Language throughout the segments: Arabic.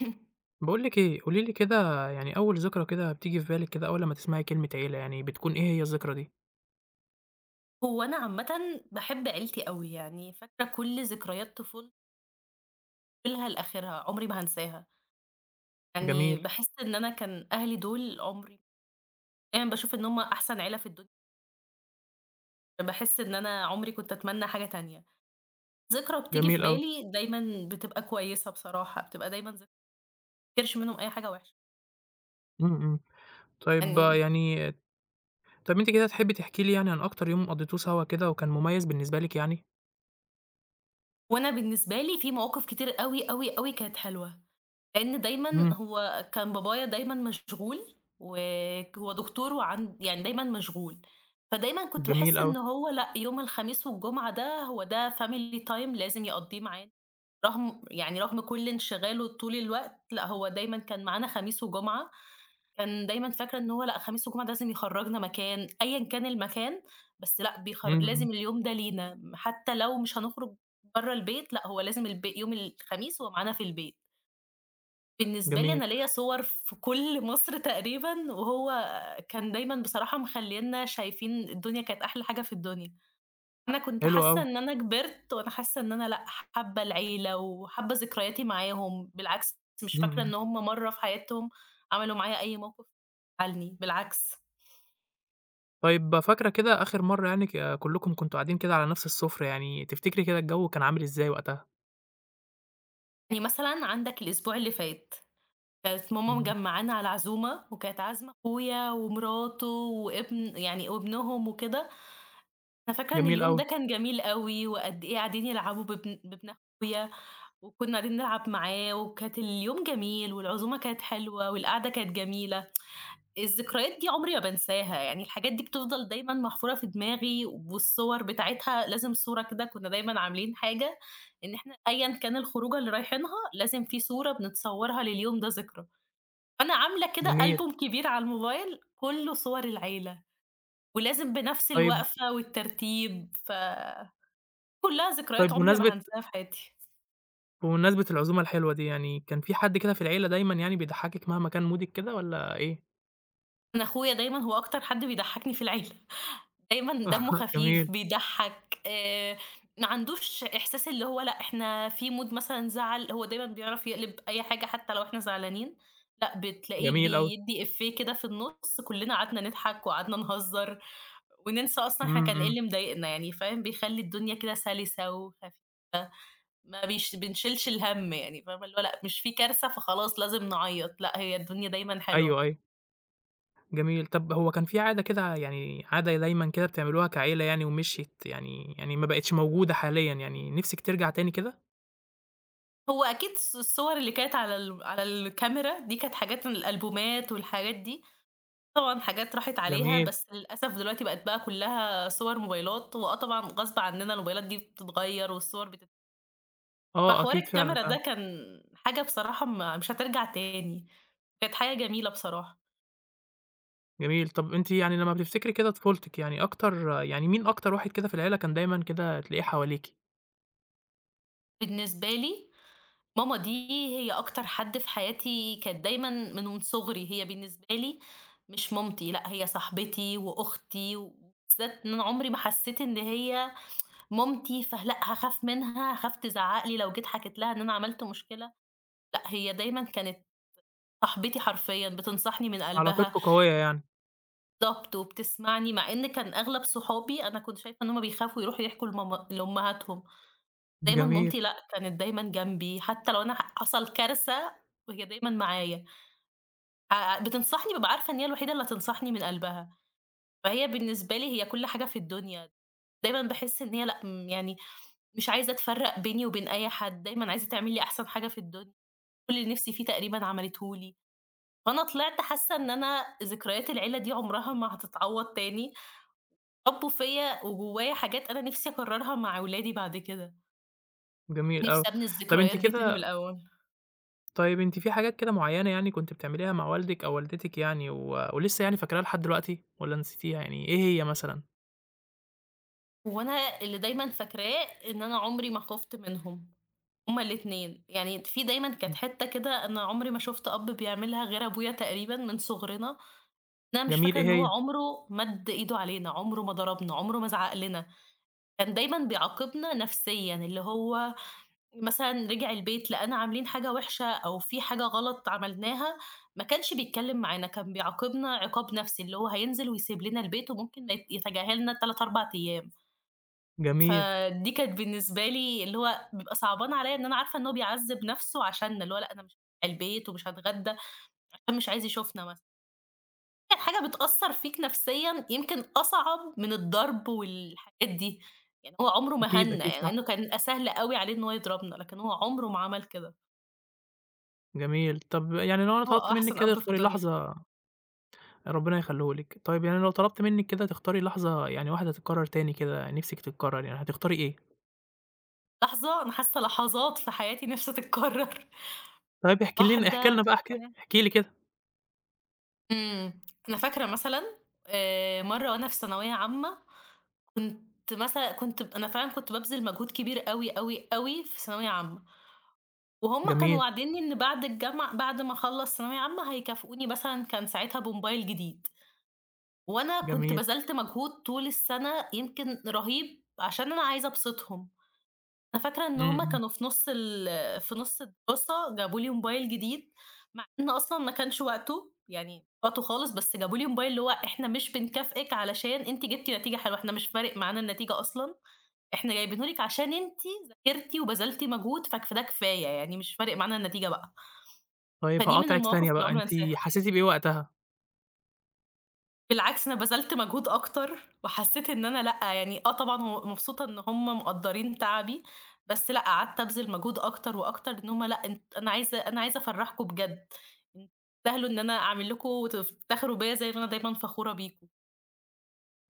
باقول لِك إيه، قولي لي كده. يعني أول ذكرى كده بتيجي في بالِك كده أول لمّا تسمعي كلمة عيلة، يعني بتكون إيه هي الذكرى دي؟ هو أنا عامةً باحب عيلتي أوي، يعني فاكرة كل ذكريات طفولتي أولها لآخرها، عمري ما هانساها. يعني جميل. باحس إن أنا كان أهلي دول عمري، دايمًا باشوف إن هُم أحسن عيلة في الدنيا. باحس إن أنا عمري كنت أتمنى حاجة تانية، ذكرى بتيجي في جميل أوي. بالي دايمًا بتبقى كويسة بصراحة، بتبقى دايمًا ذك ما بافتكرش منهم أي حاجة وحشة. إمم، إمم. طيب يعني يعني طب أنتِ كده تحبي تحكي لي يعني عن أكتر يوم قضيتوه سوا كده وكان مميز بالنسبة لِك يعني؟ وأنا بالنسبة لي في مواقف كتير أوي، أوي، أوي كانت حلوة. لإن دايمًا إمم، هو كان بابايا دايمًا مشغول، هو دكتور وعن يعني دايمًا مشغول، فدايمًا كنت جميل باحس أوي. إن هو لأ، يوم الخميس والجمعة ده هو ده family time لازم يقضّيه معانا. رغم يعني رغم كل انشغاله طول الوقت، لأ هو دايمًا كان معانا خميس وجمعة، كان دايمًا فاكرة إن هو لأ خميس وجمعة ده لازم يخرّجنا مكان، أيًا كان المكان. بس لأ إمم، إمم، لازم اليوم ده لينا، حتى لو مش هنخرج برّه البيت، لأ هو لازم يوم الخميس هو معانا في البيت. بالنسبة لي جميل، أنا ليّا صور في كل مصر تقريبًا، وهو كان دايمًا بصراحة مخلّينا شايفين الدنيا، كانت أحلى حاجة في الدنيا. أنا كنت حلو حاسة أوي. إن أنا كبرت وأنا حاسة إن أنا لأ، حابة العيلة وحابة ذكرياتي معاهم، بالعكس مش إمم، فاكرة إمم. إن هم مرّة في حياتهم عملوا معايا أي موقف زعّلني، بالعكس. طيب فاكرة كده آخر مرّة يعني ك آه، كلّكم كنتم قاعدين كده على نفس السُفرة، يعني تفتكري كده الجو كان عامل إزاي وقتها؟ يعني مثلًا عندك الأسبوع اللي فات، كانت ماما إمم، مجمّعانا على عزومة وكانت عازمة أخويا ومراته وابن يعني وابنهم وكده. أنا فاكرة إن جميل اليوم أوي، ده كان جميل أوي، وقد إيه قاعدين يلعبوا بابن أخويا، وكنا قاعدين نلعب معاه، وكانت اليوم جميل، والعزومة كانت حلوة، والقعدة كانت جميلة. الذكريات دي عمري ما بانساها، يعني الحاجات دي بتفضل دايمًا محفورة في دماغي، والصور بتاعتها لازم صورة كده كنا دايمًا عاملين حاجة إن إحنا أيًا كان الخروجة اللي رايحينها لازم في صورة بنتصورها لليوم ده ذكرى. فأنا عاملة كده جميل. ألبوم كبير على الموبايل كلّه صور العيلة، ولازم بنفس طيب الوقفة والترتيب، ف كلّها طيب ذكريات عمري ما بمناسبة هانساها في حياتي. بمناسبة العزومة الحلوة دي، يعني كان في حد كده في العيلة دايمًا يعني بيضحّكِك مهما كان مودِك كده والّا إيه؟ أنا أخويا دايمًا هو أكتر حد بيضحّكني في العيلة، دايمًا دمّه خفيف، جميل، بيضحّك. ما عندوش إحساس اللي هو لأ إحنا في mood مثلًا زعل، هو دايمًا بيعرف يقلب أي حاجة حتى لو إحنا زعلانين، لأ بتلاقيه جميل أوي. بيدّي إفيه كده في النُص كلّنا قعدنا نضحك وقعدنا نهزّر وننسى أصلًا إحنا إمم، كان إيه إمم. اللي مضايقنا يعني فاهم، بيخلّي الدنيا كده سَلِسة وخف ما بيش بنشيلش الهَم يعني فاهمة، اللي هو لأ مش في كارثة فخلاص لازم نعيّط، لأ هي الدنيا دايمًا حلوة. أيوه، أيوه. جميل. طَب هو كان في عادة كده يعني عادة دايمًا كده بتعملوها كعيلة يعني ومشيت يعني يعني ما بقِتش موجودة حاليًا يعني نِفْسِك ترجع تاني كده؟ هو أكيد الصور اللي كانت على على الكاميرا دي كانت حاجات من الألبومات والحاجات دي، طبعًا حاجات راحت عليها، جميل. بس للأسف دلوقتي بقت بقى كلّها صور موبايلات، وآه طبعًا غصب عننا الموبايلات دي بتتغيّر والصور بتت آه، فحوار أكيد فعلًا، الكاميرا فعلًا. ده كان حاجة بصراحة ما مش هترجع تاني، كانت حاجة جميلة بصراحة. جميل. طَب أنتِ يعني لمّا بتفتكري كده طفولتِك يعني أكتر يعني مين أكتر واحد كده في العيلة كان دايمًا كده تلاقيه حواليكِ؟ بالنسبة لي ماما دي هي أكتر حد في حياتي كانت دايمًا من وأنا صغري، هي بالنسبة لي مش مامتي، لأ هي صاحبتي وأختي، وبالذات إن أنا عمري ما حسيت إن هي مامتي، فلأ هاخاف منها، هاخاف تزعّق لي لو جيت حكيت لها إن أنا عملت مشكلة. لأ هي دايمًا كانت صاحبتي حرفيًا، بتنصحني من قلبها علاقتكم قوية يعني. بالضبط، وبتسمعني، مع إن كان أغلب صحابي أنا كنت شايفة إن هُم بيخافوا يروحوا يحكوا لماما لأمهاتهم، دايمًا جميل، مامتي لأ كانت دايمًا جنبي، حتى لو أنا حصل كارثة وهي دايمًا معايا. بتنصحني بابقى عارفة إن هي الوحيدة اللي هتنصحني من قلبها، فهي بالنسبة لي هي كل حاجة في الدنيا، دايمًا باحس إن هي لأ، يعني مش عايزة أتفرّق بيني وبين أي حد، دايمًا عايزة تعمل لي أحسن حاجة في الدنيا، كل اللي نِفْسي فيه تقريبًا عملته لي، فأنا طلعت حاسة إن أنا ذكريات العيلة دي عمرها ما هتتعوّض تاني، حُبّه فيّا وجوّايا حاجات أنا نِفْسي أكرّرها مع ولادي بعد كده، جميل نِفْسي أوي. أبني طَب أنتِ الذكريات دي تاني من كده الأول. طيب أنتِ في حاجات كده معيّنة يعني كنتِ بتعمليها مع والدِك أو والدتِك يعني ولسه يعني فاكراها لحد دلوقتي والّا نسيتيها يعني، إيه هي مثلًا؟ وأنا اللي دايمًا فاكراه إن أنا عمري ما خُفت منهم. هُم الاتنين، يعني في دايمًا كانت إمم، حتّة كده أنا عمري ما شُفت أب بيعملها غير أبويا تقريبًا من صغرنا، أنا مش جميل، فاكرة إيه إن هو هي؟ عمره مَد إيده علينا، عمره ما ضربنا، عمره ما زعق لنا. كان دايمًا بيعاقبنا نفسيًا، اللي هو مثلًا رِجع البيت لقانا عاملين حاجة وِحشة أو في حاجة غلط عملناها، ما كانش بيتكلم معانا، كان بيعاقبنا عقاب نفسي، اللي هو هينزل ويسيب لنا البيت وممكن ما يتجاهلنا 3، 4 أيام. جميل، فدي كانت بالنسبة لي اللي هو بيبقى صعبان عليّا إن أنا عارفة إن هو بيعذّب نَفْسه عشانّا، اللي هو لأ أنا مش هاروح البيت ومش هاتغدّى عشان مش عايز يشوفنا مثلًا. هي حاجة بتأثّر فيك نفسيًا يمكن أصعب من الضرب والحاجات دي، يعني هو عمره ما أكيد، هَنّا، أكيد يعني صح، لإنه كان يبقى سهل أوي عليه إن هو يضربنا، لكن هو عمره ما عمل كده. جميل. طب يعني لو أنا طلبت هو منِّك أحسن كده أب في اختاري الدنيا. لحظة. ربنا يخلّيه لِك. طيب يعني لو طلبت منِّك كده تختاري لحظة يعني واحدة تتكرّر تاني كده نِفْسِك تتكرّر يعني هتختاري إيه؟ لحظة أنا حاسة لحظات في حياتي نِفْسي تتكرّر، طيب احكي لنا احكي واحدة لنا بقى احكي تتكرّر احكي لي كده. إمم. أنا فاكرة مثلًا مرّة وأنا في ثانوية عامة كنت مثلًا كنت ب أنا فعلًا كنت بابذل مجهود كبير أوي، أوي، أوي في ثانوية عامة، وهُم كانوا جميل، واعدينّي إن بعد الجامعة بعد ما أخلّص ثانوية عامة هيكافئوني مثلًا كان ساعتها بموبايل جديد، وأنا كنت جميل. بذلت مجهود طول السنة يمكن رهيب عشان أنا عايزة أبسطهم. أنا فاكرة إن إمم، هُم إمم. كانوا في نُص ال في نُص الدراسة جابوا لي موبايل جديد، مع إن أصلًا ما كانش وقته، يعني وقته خالص، بس جابوا لي موبايل اللي هو إحنا مش بنكافئِك علشان أنتِ جبتِ نتيجة حلوة، إحنا مش فارق معانا النتيجة أصلًا، إحنا جايبينه لِك عشان أنتِ ذاكرتِ وبذلتِ مجهود فده كفاية، يعني مش فارق معانا النتيجة بقى. طيب فدي من هاقاطعِك المواقف ثانية اللي بقى، عمري ما أنتِ أنساها. حسيتِ بإيه وقتها؟ بالعكس أنا بذلت مجهود أكتر، وحسيت إن أنا لأ، يعني آه طبعًا هو مبسوطة إن هُم مقدّرين تعبي، بس لأ، قعدت أبذل مجهود أكتر وأكتر إن هُم لأ، أنت أنا عايزة أفرّحكم بجد، تستاهلوا إن أنا أعمل لكم وتفتخروا بيّا زي ما أنا دايمًا فخورة بيكم.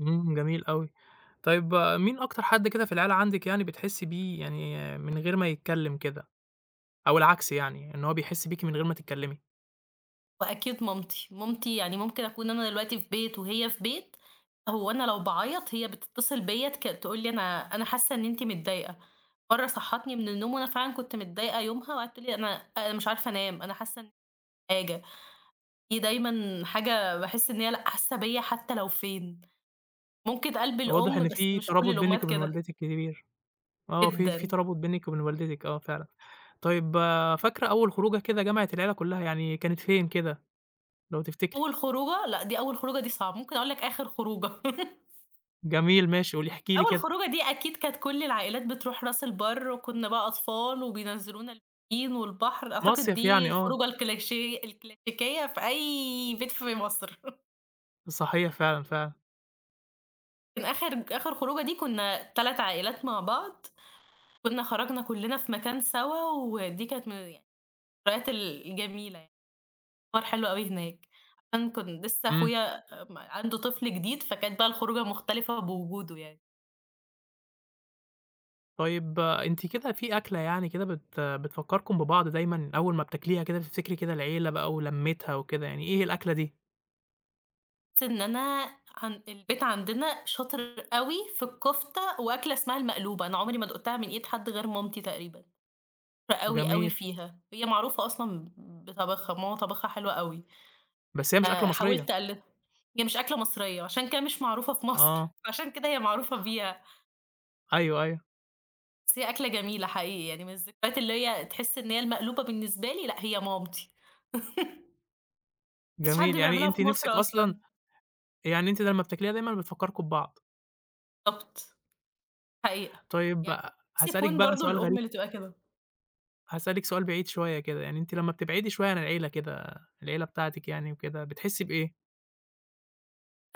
إمم، جميل أوي. طيب مين أكتر حد كده في العيلة عندِك يعني بتحسّي بيه يعني من غير ما يتكلّم كده، أو العكس يعني، إن هو بيحس بيكِ من غير ما تتكلّمي؟ وأكيد مامتي، مامتي يعني ممكن أكون أنا دلوقتي في بيت وهي في بيت، هو أنا لو باعيّط هي بتتصل بيّا تقول لي أنا حاسة إن أنتِ متضايقة. مرّة صحّتني من النوم وأنا فعلًا كنت متضايقة يومها وقعدت تقول لي أنا مش عارفة أنام، أنا حاسة إن في حاجة. دي دايمًا حاجة باحس إن هي لأ، حاسة بيّا حتى لو فين، ممكن قلب واضح الأم إن بس في مش كل ترابط بينِك الأمهات وبين كده، والدتِك كبير. آه، في جدًا. ترابط بينِك وبين والدتِك فعلًا. طيب فاكرة أول خروجة كده جمعت العيلة كلّها يعني كانت فين كده لو تفتكري؟ أول خروجة لأ، دي أول خروجة دي صعبة، ممكن أقول لك آخر خروجة. جميل ماشي، احكي لي أول كده. خروجة دي أكيد كانت كل العائلات بتروح راس البر، وكنا بقى أطفال وبينزلونا البسين والبحر، أعتقد مصيف دي يعني، الخروجة الكلاشيه الكلاسيكية في أي بيت في مصر. صحيح فعلًا، فعلًا. كان آخر خروجة دي كنا 3 عائلات مع بعض، كنا خرجنا كلنا في مكان سوا، ودي كانت من يعني الذكريات الجميلة يعني. حوار حلو أوي هناك، عشان كان لسه إمم. أخويا عنده طفل جديد، فكانت بقى الخروجة مختلفة بوجوده يعني. طيب أنتِ كده في أكلة يعني كده بتفكّركم ببعض دايمًا أول ما بتاكليها كده بتفتكري كده العيلة بقى ولمّتها وكده، يعني إيه الأكلة دي؟ بس إن أنا عن البيت عندنا شاطر أوي في الكفتة وأكلة اسمها المقلوبة، أنا عمري ما دُقتها من إيد حد غير مامتي تقريبًا، شاطرة أوي، أوي جميل، فيها، هي معروفة أصلًا بطبخها، ماما طبخها حلو أوي، بس هي مش أكلة مصرية. حاولت أقلدها. هي مش أكلة مصرية، عشان كده مش معروفة في مصر، آه، عشان كده هي معروفة بيها، أيوه، أيوه، بس هي أكلة جميلة حقيقي يعني، من الذكريات اللي هي تحس إن هي المقلوبة بالنسبة لي لأ، هي مامتي. ما فيش حد جميل. يعني بيعملها أنتِ في مصر نِفْسِك أصلًا أصلًا، يعني أنتِ لمّا بتاكليها دايمًا بتفكّركم ببعض. بالضبط، حقيقة، طيب يعني نفسي هاسألِك أكون بقى برضه سؤال الأم غريب، اللي تبقى كده. هاسألِك سؤال بعيد شوية كده، يعني أنتِ لمّا بتبعدي شوية عن العيلة كده، العيلة بتاعتِك يعني وكده، بتحسّي بإيه؟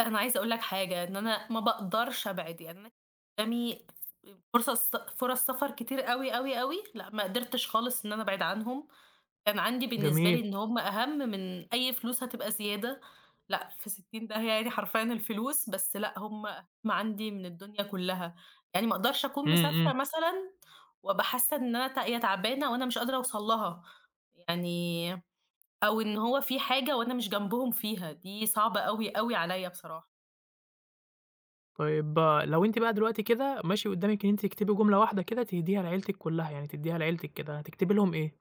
أنا عايزة أقول لك حاجة، إن أنا ما باقدرش أبعد، يعني أنا قدامي فرص سفر كتير أوي، أوي، أوي، لأ ما قدرتش خالص إن أنا أبعد عنهم، كان عندي بالنسبة لي جميل، إن هُم أهم من أي فلوس هتبقى زيادة، لأ في 60 داهية يعني حرفيًا الفلوس، بس لأ هُم أهم عندي من الدنيا كلّها، يعني ما أقدرش أكون إمم، مسافرة إمم. مثلًا وأبقى حاسة إن أنا هي تعبانة وأنا مش قادرة أوصل لها، يعني أو إن هو في حاجة وأنا مش جنبهم فيها، دي صعبة أوي، أوي عليّا بصراحة. طيب لو أنتِ بقى دلوقتي كده ماشي قدّامِك إن أنتِ تكتبي جملة واحدة كده تهديها لعيلتِك كلّها، يعني تدّيها لعيلتِك كده، هتكتبي لهم إيه؟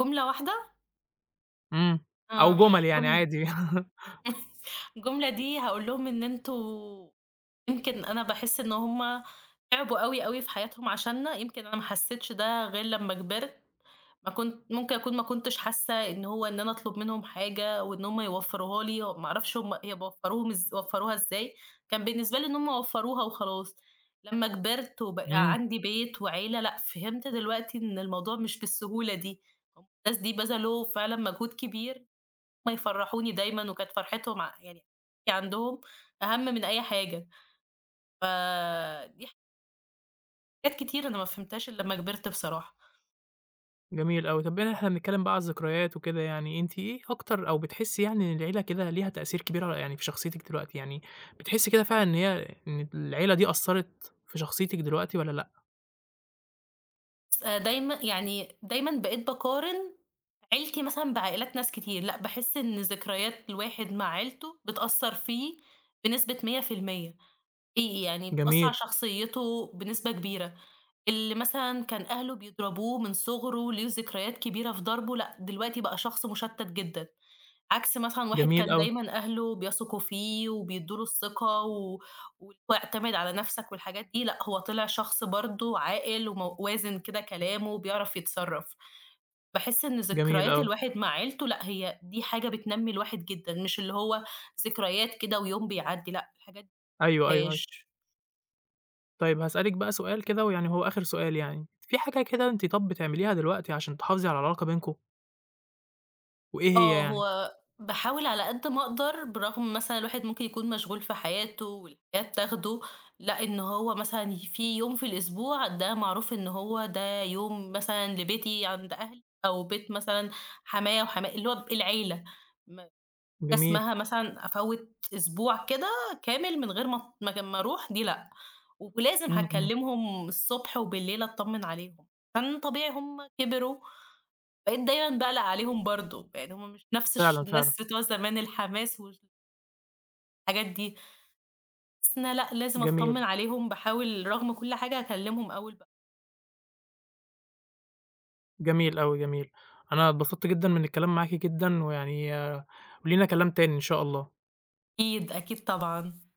جملة واحدة إمم، أو آه، جُمل يعني جمل عادي. الجملة دي هاقول لهم إن أنتم يمكن أنا باحس إن هُم تعبوا أوي، أوي في حياتهم عشاننا، يمكن أنا ما حسيتش ده غير لمّا كبرت، ما كنت ممكن أكون ما كنتش حاسة إن هو إن أنا أطلب منهم حاجة وإن هُم يوفّروها لي، ما أعرفش هُم هي وفّروهم إز وفّروها إزاي، كان بالنسبة لي إن هُم وفّروها وخلاص. لمّا كبرت وبقى إمم، عندي بيت وعيلة، لأ فهمت دلوقتي إن الموضوع مش بالسهولة دي، الناس دي بذلوا فعلًا مجهود كبير، هم يفرّحوني دايمًا وكانت فرحتهم ع يعني عندهم أهم من أي حاجة، فدي حاجات كتير أنا ما فهمتهاش إلا لمّا كبرت بصراحة. جميل أوي. طب بما إن إحنا بنتكلم بقى على الذكريات وكده يعني، أنتِ إيه أكتر أو بتحسّي يعني إن العيلة كده ليها تأثير كبير على يعني في شخصيتِك دلوقتي، يعني بتحسّي كده فعلًا إن العيلة دي أثّرت في شخصيتِك دلوقتي والّا لأ؟ بس آه، دايمًا يعني دايمًا بقيت باقارن عيلتي مثلًا بعائلات ناس كتير، لأ باحس إن ذكريات الواحد مع عيلته بتأثّر فيه بنسبة 100% حقيقي يعني بتأثّر جميل، على شخصيته بنسبة كبيرة، اللي مثلًا كان أهله بيضربوه من صغره ليه ذكريات كبيرة في ضربه، لأ دلوقتي بقى شخص مشتّت جدًا. عكس مثلًا واحد جميل كان أوي، دايمًا أهله بيثقوا فيه وبيدّوا له الثقة واعتمد على نَفْسك والحاجات دي، لأ هو طلع شخص برضه عاقل وازن كده كلامه وبيعرف يتصرّف. باحس إن جميل ذكريات أوي. الواحد مع عيلته لأ، هي دي حاجة بتنمّي الواحد جدًا، مش اللي هو ذكريات كده ويوم بيعدّي لأ، الحاجات دي أيوه، ما أيوه، أيوه. فيهاش. طيب هاسألِك بقى سؤال كده ويعني هو آخر سؤال يعني، في حاجة كده أنتِ طَب بتعمليها دلوقتي عشان تحافظي على العلاقة بينكم، وإيه هي آه، يعني؟ هو باحاول على قد ما أقدر بالرغم مثلًا الواحد ممكن يكون مشغول في حياته والحياة بتاخده، لأ إن هو مثلًا في يوم في الأسبوع ده معروف إن هو ده يوم مثلًا لبيتي عند أهلي أو بيت مثلًا حمايا وحما اللي هو العيلة، ما جميل، اسمها مثلًا أفوّت أسبوع كده كامل من غير ما أروح دي لأ، ولازم إمم، إمم، هاكلمهم الصبح وبالليل أطمن عليهم. كان طبيعي هُم كبروا بقيت دايمًا باقلق عليهم برضه، يعني هم مش نفس فعلًا، فعلًا، الناس بتوع زمان الحماس والحاجات دي، باحس إن أنا لأ، لازم جميل، أطمن عليهم، باحاول رغم كل حاجة هاكلمهم أول بأول. جميل أوي، جميل. أنا اتبسطت جدًا من الكلام معاكِ جدًا، ويعني ولينا كلام تاني إن شاء الله. أكيد، أكيد طبعًا.